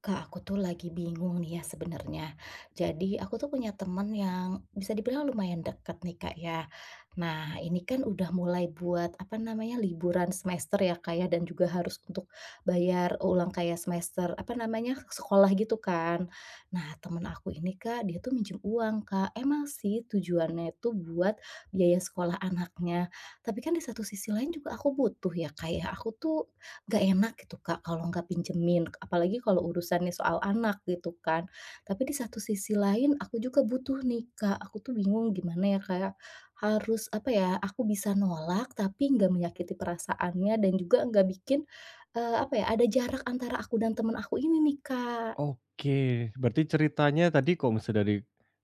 Kak, aku tuh lagi bingung nih ya sebenarnya. Jadi aku tuh punya temen yang bisa dibilang lumayan dekat nih Kak ya. Nah ini kan udah mulai buat apa namanya liburan semester ya Kak ya dan juga harus untuk bayar ulang kayak semester apa namanya sekolah gitu kan. Nah temen aku ini Kak dia tuh minjem uang Kak. Emang sih tujuannya itu buat biaya sekolah anaknya. Tapi kan di satu sisi lain juga aku butuh ya Kak ya. Aku tuh nggak enak gitu Kak kalau nggak pinjemin, apalagi kalau urusannya soal anak gitu kan. Tapi di satu sisi lain aku juga butuh nih Kak, aku tuh bingung gimana ya kayak harus apa ya, aku bisa nolak tapi nggak menyakiti perasaannya dan juga nggak bikin, apa ya, ada jarak antara aku dan teman aku ini nih Kak. Oke, berarti ceritanya tadi kalau misalnya dari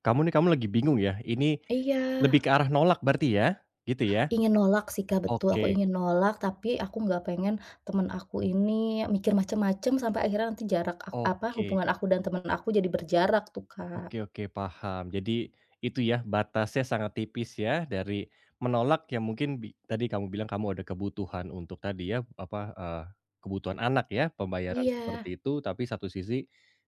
kamu nih, kamu lagi bingung ya, ini Iya, lebih ke arah nolak berarti ya? Gitu ya? ingin nolak sih Kak, betul aku Oke, ingin nolak tapi aku nggak pengen temen aku ini mikir macem-macem sampai akhirnya nanti oke. hubungan aku dan temen aku jadi berjarak tuh Kak. Oke, paham. Jadi itu ya, batasnya sangat tipis ya, dari menolak yang mungkin tadi kamu bilang kamu ada kebutuhan untuk tadi ya, apa, kebutuhan anak ya, pembayaran Iya, seperti itu, tapi satu sisi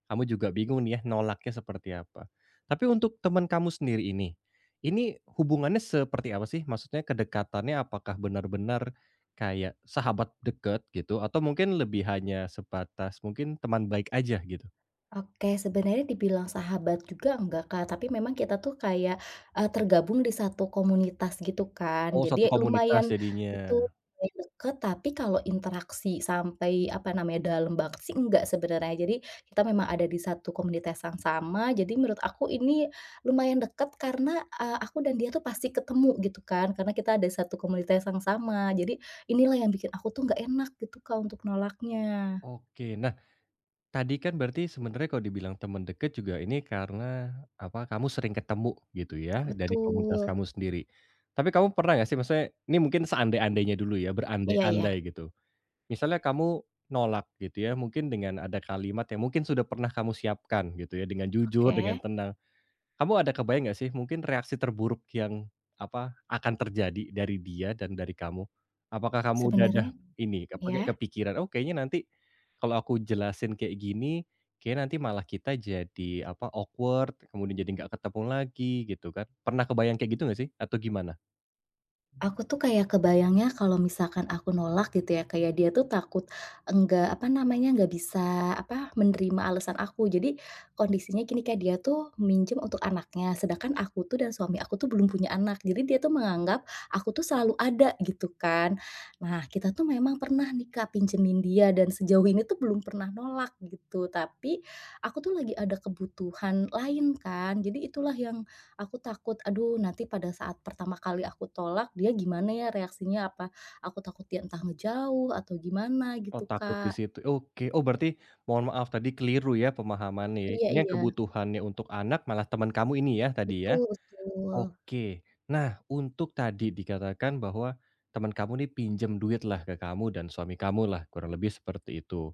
kamu juga bingung nih ya, nolaknya seperti apa. Tapi untuk teman kamu sendiri ini hubungannya seperti apa sih? Maksudnya kedekatannya apakah benar-benar kayak sahabat dekat gitu, atau mungkin lebih hanya sebatas mungkin teman baik aja gitu? oke sebenarnya dibilang sahabat juga enggak Kak, tapi memang kita tuh kayak, tergabung di satu komunitas gitu kan, Oh, jadi satu lumayan komunitas betul, jadinya. lumayan deket, tapi kalau interaksi sampai, apa namanya, dalam banget sih enggak sebenarnya. Jadi kita memang ada di satu komunitas yang sama, jadi menurut aku ini lumayan deket karena, aku dan dia tuh pasti ketemu gitu kan, karena kita ada satu komunitas yang sama. Jadi inilah yang bikin aku tuh enggak enak gitu Kak untuk nolaknya. Oke. Nah, tadi kan berarti sebenarnya kalau dibilang teman dekat juga ini karena, apa, kamu sering ketemu gitu ya, dari komunitas Betul. kamu sendiri. Tapi kamu pernah nggak sih maksudnya ini mungkin seandai-andainya dulu ya, Iya iya. berandai-andai gitu. Misalnya kamu nolak gitu ya, mungkin dengan ada kalimat yang mungkin sudah pernah kamu siapkan gitu ya, dengan jujur, Oke, dengan tenang. Kamu ada kebayang nggak sih mungkin reaksi terburuk yang, apa, akan terjadi dari dia dan dari kamu? Apakah kamu udah ada sebenarnya ini, apa, ya, kayak kepikiran, "Oh kayaknya nanti kalau aku jelasin kayak gini, kayak nanti malah kita jadi, apa, awkward, kemudian jadi nggak ketemu lagi," gitu kan. Pernah kebayang kayak gitu nggak sih? Atau gimana? aku tuh kayak kebayangnya kalau misalkan aku nolak gitu ya, kayak dia tuh takut enggak, apa namanya, nggak bisa, apa, menerima alasan aku. Jadi kondisinya gini, Kak, dia tuh minjem untuk anaknya, sedangkan aku tuh dan suami aku tuh belum punya anak. Jadi dia tuh menganggap aku tuh selalu ada gitu kan. Nah, kita tuh memang pernah nih, Kak, pinjemin dia dan sejauh ini tuh belum pernah nolak gitu. Tapi aku tuh lagi ada kebutuhan lain kan. Jadi itulah yang aku takut, aduh nanti pada saat pertama kali aku tolak dia gimana ya reaksinya, apa aku takut dia entah ngejauh atau gimana Oh gitu, takut di Kak. situ, oke. Oh berarti mohon maaf tadi keliru ya pemahamannya ya, Iya ini yang iya, kebutuhannya untuk anak malah teman kamu ini ya tadi betul ya? betul. Oke. Nah, untuk tadi dikatakan bahwa teman kamu nih pinjam duit lah ke kamu dan suami kamu lah, kurang lebih seperti itu.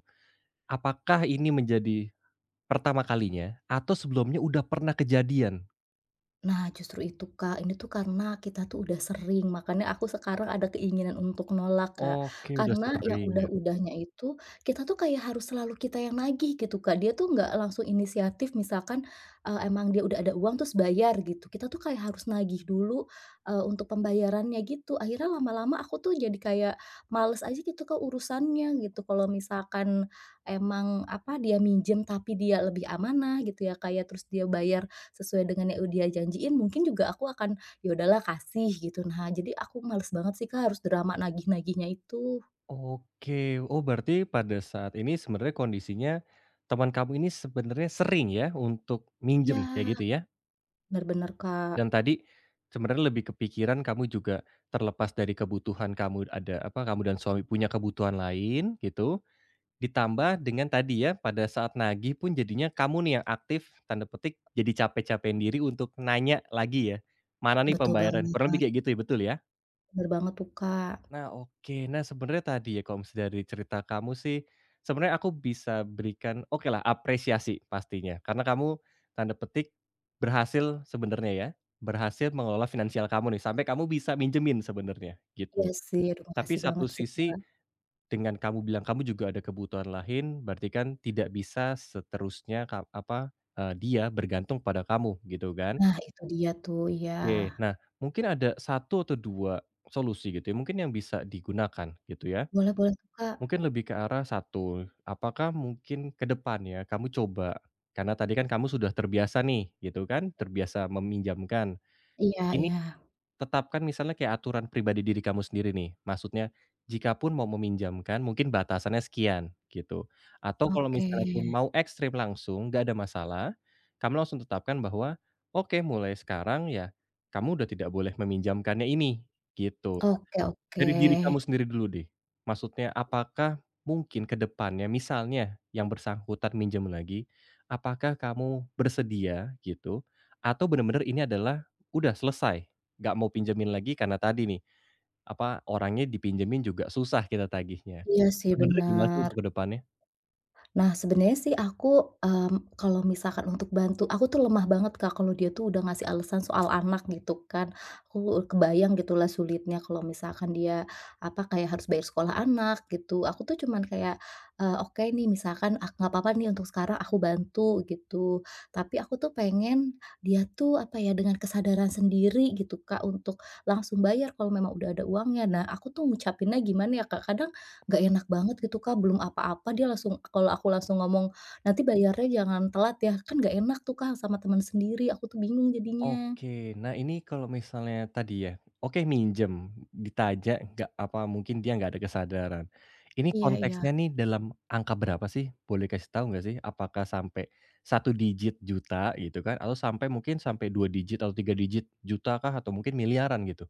Apakah ini menjadi pertama kalinya atau sebelumnya udah pernah kejadian? Nah, justru itu, Kak. Ini tuh karena kita tuh udah sering, makanya aku sekarang ada keinginan untuk nolak, Kak. Oke, udah Karena yang sering ya. udah-udahnya itu, kita tuh kayak harus selalu kita yang nagih gitu, Kak. Dia tuh nggak langsung inisiatif misalkan, emang dia udah ada uang terus bayar gitu, kita tuh kayak harus nagih dulu, untuk pembayarannya gitu. Akhirnya lama-lama aku tuh jadi kayak males aja gitu, Kak, urusannya gitu. Kalau misalkan emang, apa, dia minjem tapi dia lebih amanah gitu ya, kayak terus dia bayar sesuai dengan yang dia janjiin mungkin juga aku akan, "Ya udahlah kasih," gitu. Nah jadi aku males banget sih Kak harus drama nagih-nagihnya itu. Oke. Oh, berarti pada saat ini sebenarnya kondisinya teman kamu ini sebenarnya sering ya untuk Iya, minjem kayak gitu ya? bener bener Kak, Dan tadi sebenarnya lebih kepikiran kamu juga terlepas dari kebutuhan kamu ada apa, kamu dan suami punya kebutuhan lain gitu, ditambah dengan tadi ya pada saat nagih pun jadinya kamu nih yang aktif tanda petik jadi capek-capekin diri untuk nanya lagi ya, "Mana nih betul pembayaran?" banget, Kurang lebih kayak gitu ya, betul ya? bener banget tuh Kak. Nah, oke. Nah, sebenarnya tadi ya, kalau misalnya dari cerita kamu sih, sebenarnya aku bisa berikan oke lah apresiasi pastinya. Karena kamu tanda petik berhasil sebenarnya ya, berhasil mengelola finansial kamu nih, sampai kamu bisa minjemin sebenarnya, Iya gitu. sih, aduh Tapi makasih banget satu sih sisi Kak. dengan kamu bilang kamu juga ada kebutuhan lain, berarti kan tidak bisa seterusnya apa, dia bergantung pada kamu, gitu kan. Nah itu dia tuh, iya. Oke, nah mungkin ada satu atau 2 solusi gitu ya, mungkin yang bisa digunakan, gitu ya. Boleh boleh tuh Kak. Mungkin lebih ke arah satu, apakah mungkin ke depan ya kamu coba, karena tadi kan kamu sudah terbiasa nih gitu kan, terbiasa meminjamkan. Iya Ini iya. tetapkan misalnya kayak aturan pribadi diri kamu sendiri nih, maksudnya jika pun mau meminjamkan mungkin batasannya sekian gitu. Atau kalau Oke. misalnya pun mau ekstrim langsung nggak ada masalah, kamu langsung tetapkan bahwa, oke mulai sekarang ya kamu udah tidak boleh meminjamkannya ini, gitu. Oke oke. Dari diri kamu sendiri dulu deh, maksudnya apakah mungkin ke depannya misalnya yang bersangkutan minjem lagi, apakah kamu bersedia gitu atau benar-benar ini adalah udah selesai, nggak mau pinjemin lagi karena tadi nih, apa, orangnya dipinjemin juga susah kita tagihnya. Iya sih Sebenernya gimana sih bener. untuk ke depannya? Nah, sebenarnya sih aku, mmm, kalau misalkan untuk bantu aku tuh lemah banget, Kak, kalau dia tuh udah ngasih alasan soal anak gitu kan. Aku kebayang gitulah sulitnya kalau misalkan dia, apa, kayak harus bayar sekolah anak gitu. Aku tuh cuman kayak, "Oke nih misalkan nggak apa-apa nih untuk sekarang aku bantu," gitu. Tapi aku tuh pengen dia tuh, apa ya, dengan kesadaran sendiri gitu, Kak, untuk langsung bayar kalau memang udah ada uangnya. Nah, aku tuh ngucapinnya gimana ya, Kak, kadang nggak enak banget gitu, Kak, belum apa-apa dia langsung kalau aku langsung ngomong, "Nanti bayarnya jangan telat ya." Kan nggak enak tuh, Kak, sama teman sendiri, aku tuh bingung jadinya. Oke. Nah, ini kalau misalnya tadi ya, oke minjem, ditajak nggak apa mungkin dia nggak ada kesadaran. Ini Iya iya. konteksnya nih dalam angka berapa sih? Boleh kasih tahu nggak sih? Apakah sampai satu digit juta gitu kan? Atau sampai mungkin sampai 2 digit atau 3 digit juta kah? Atau mungkin miliaran gitu?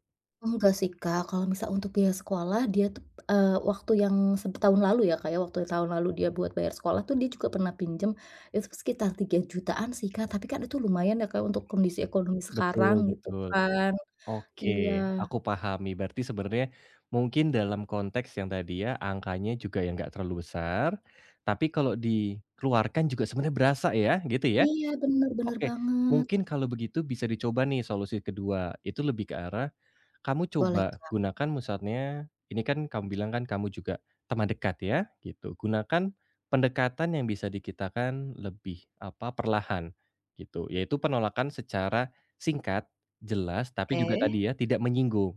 Enggak sih, Kak, kalau misal untuk biaya sekolah dia tuh, waktu yang seb tahun lalu ya, Kak, ya, waktu tahun lalu dia buat bayar sekolah tuh dia juga pernah pinjam, itu sekitar 3 jutaan sih, Kak, tapi kan itu lumayan ya, Kak, untuk kondisi ekonomi Betul sekarang gitu betul. kan. Oke, Iya. aku pahami. Berarti sebenarnya mungkin dalam konteks yang tadi ya, angkanya juga yang nggak terlalu besar, tapi kalau dikeluarkan juga sebenarnya berasa ya, gitu ya? Iya, bener bener Oke, banget. mungkin kalau begitu bisa dicoba nih solusi kedua, itu lebih ke arah, kamu Boleh, coba Kak. gunakan misalnya ini kan kamu bilang kan kamu juga teman dekat ya, gitu. Gunakan pendekatan yang bisa dikitakan lebih, apa, perlahan, gitu. Yaitu penolakan secara singkat, jelas, tapi juga Oke. tadi ya, tidak menyinggung.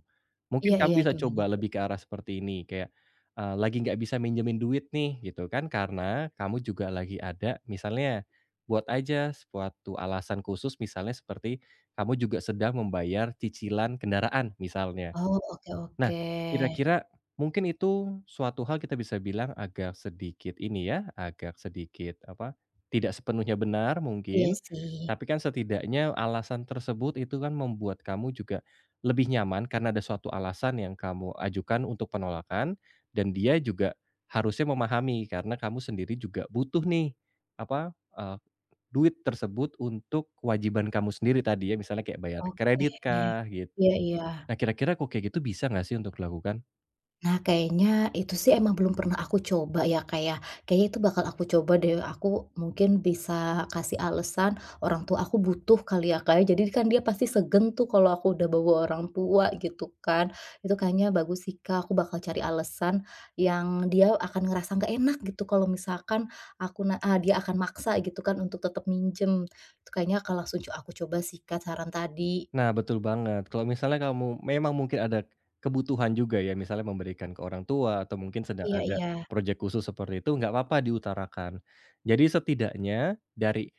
Mungkin Iya iya, kamu bisa gimana? coba lebih ke arah seperti ini, kayak, "Lagi nggak bisa minjemin duit nih," gitu kan, "karena kamu juga lagi ada" misalnya buat aja suatu alasan khusus misalnya seperti, kamu juga sedang membayar cicilan kendaraan misalnya. Oh, oke Nah, oke. kira-kira mungkin itu suatu hal kita bisa bilang agak sedikit ini ya, agak sedikit apa, tidak sepenuhnya benar Iya mungkin, sih. tapi kan setidaknya alasan tersebut itu kan membuat kamu juga lebih nyaman karena ada suatu alasan yang kamu ajukan untuk penolakan dan dia juga harusnya memahami karena kamu sendiri juga butuh nih, apa, duit tersebut untuk kewajiban kamu sendiri tadi ya, misalnya kayak bayar Oke. kredit kah, gitu. Iya iya. Nah, kira-kira kok kayak gitu bisa nggak sih untuk dilakukan? Nah, kayaknya itu sih emang belum pernah aku coba ya, kayak, ya. Kayaknya itu bakal aku coba deh, aku mungkin bisa kasih alasan orang tua aku butuh kali ya, Kak, ya. Jadi kan dia pasti segen tuh kalau aku udah bawa orang tua gitu kan. Itu kayaknya bagus sih, Kak, aku bakal cari alasan yang dia akan ngerasa nggak enak gitu kalau misalkan dia akan maksa gitu kan untuk tetap minjem. Itu kayaknya kalau langsung aku coba sih, Kak, saran tadi. Nah, betul banget. Kalau misalnya kamu memang mungkin ada kebutuhan juga ya, misalnya memberikan ke orang tua atau mungkin sedang Iya ada iya, proyek khusus seperti itu, nggak apa-apa diutarakan. Jadi setidaknya dari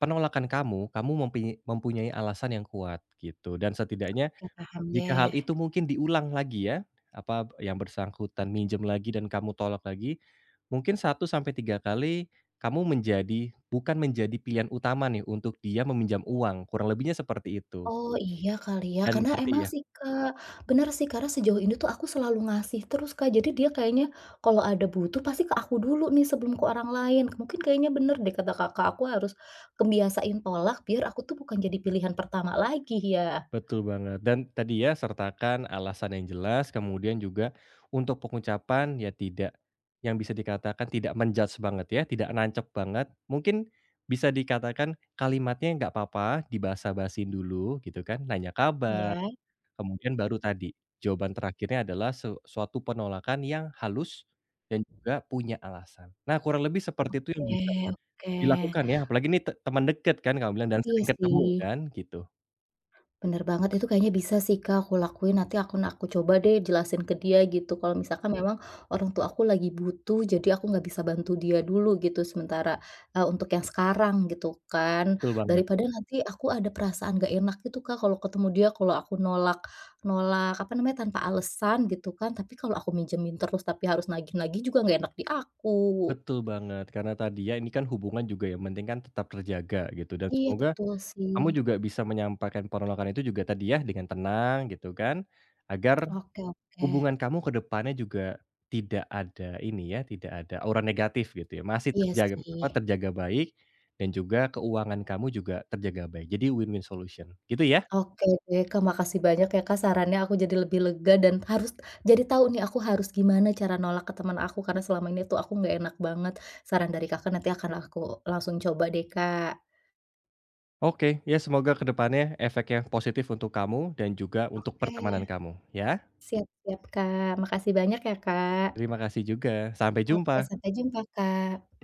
penolakan kamu, kamu mempunyai alasan yang kuat gitu dan setidaknya oke paham jika hal deh. itu mungkin diulang lagi ya, apa, yang bersangkutan minjem lagi dan kamu tolak lagi, mungkin satu sampai 3 kali kamu menjadi bukan menjadi pilihan utama nih untuk dia meminjam uang, kurang lebihnya seperti itu. Oh, iya kali ya, Dan karena berarti emang ya sih, Kak, bener sih, karena sejauh ini tuh aku selalu ngasih terus, Kak. Jadi dia kayaknya kalau ada butuh pasti ke aku dulu nih sebelum ke orang lain. Mungkin kayaknya bener deh kata Kakak, aku harus kebiasain tolak biar aku tuh bukan jadi pilihan pertama lagi ya. betul banget, dan tadi ya sertakan alasan yang jelas, kemudian juga untuk pengucapan ya tidak yang bisa dikatakan tidak menjudge banget ya, tidak nancep banget. Mungkin bisa dikatakan kalimatnya nggak apa-apa dibasa-basin dulu gitu kan, nanya kabar. Iya, Kemudian baru tadi, jawaban terakhirnya adalah suatu penolakan yang halus dan juga punya alasan. Nah, kurang lebih seperti itu yang bisa oke oke. dilakukan ya, apalagi ini teman dekat kan kamu bilang dan Iya sering ketemu sih. kan, gitu. Bener banget, itu kayaknya bisa sih, Kak, aku lakuin. Nanti aku coba deh jelasin ke dia gitu, kalau misalkan memang orang tua aku lagi butuh, jadi aku nggak bisa bantu dia dulu gitu sementara, untuk yang sekarang gitu kan. Betul banget Daripada nanti aku ada perasaan nggak enak gitu, Kak, kalau ketemu dia, kalau aku nolak nolak apa namanya, tanpa alasan gitu kan. Tapi kalau aku minjemin terus tapi harus nagih-nagih juga nggak enak di aku. betul banget, karena tadi ya ini kan hubungan juga yang penting kan tetap terjaga gitu dan Iya semoga betul kamu sih. juga bisa menyampaikan penolakan itu juga tadi ya dengan tenang gitu kan, agar Oke oke. hubungan kamu ke depannya juga tidak ada ini ya, tidak ada aura negatif gitu ya, masih Iya terjaga apa, sih. terjaga baik dan juga keuangan kamu juga terjaga baik. Jadi win-win solution gitu ya? Oke deh Kak, makasih banyak ya Kak sarannya, aku jadi lebih lega dan harus jadi tahu nih aku harus gimana cara nolak ke teman aku, karena selama ini tuh aku nggak enak banget. Saran dari Kakak nanti akan aku langsung coba deh Kak. Oke, ya semoga ke depannya efeknya positif untuk kamu dan juga untuk Oke. pertemanan kamu ya. Siap siap Kak, makasih banyak ya Kak. Terima kasih juga, sampai Oke, jumpa. sampai jumpa Kak.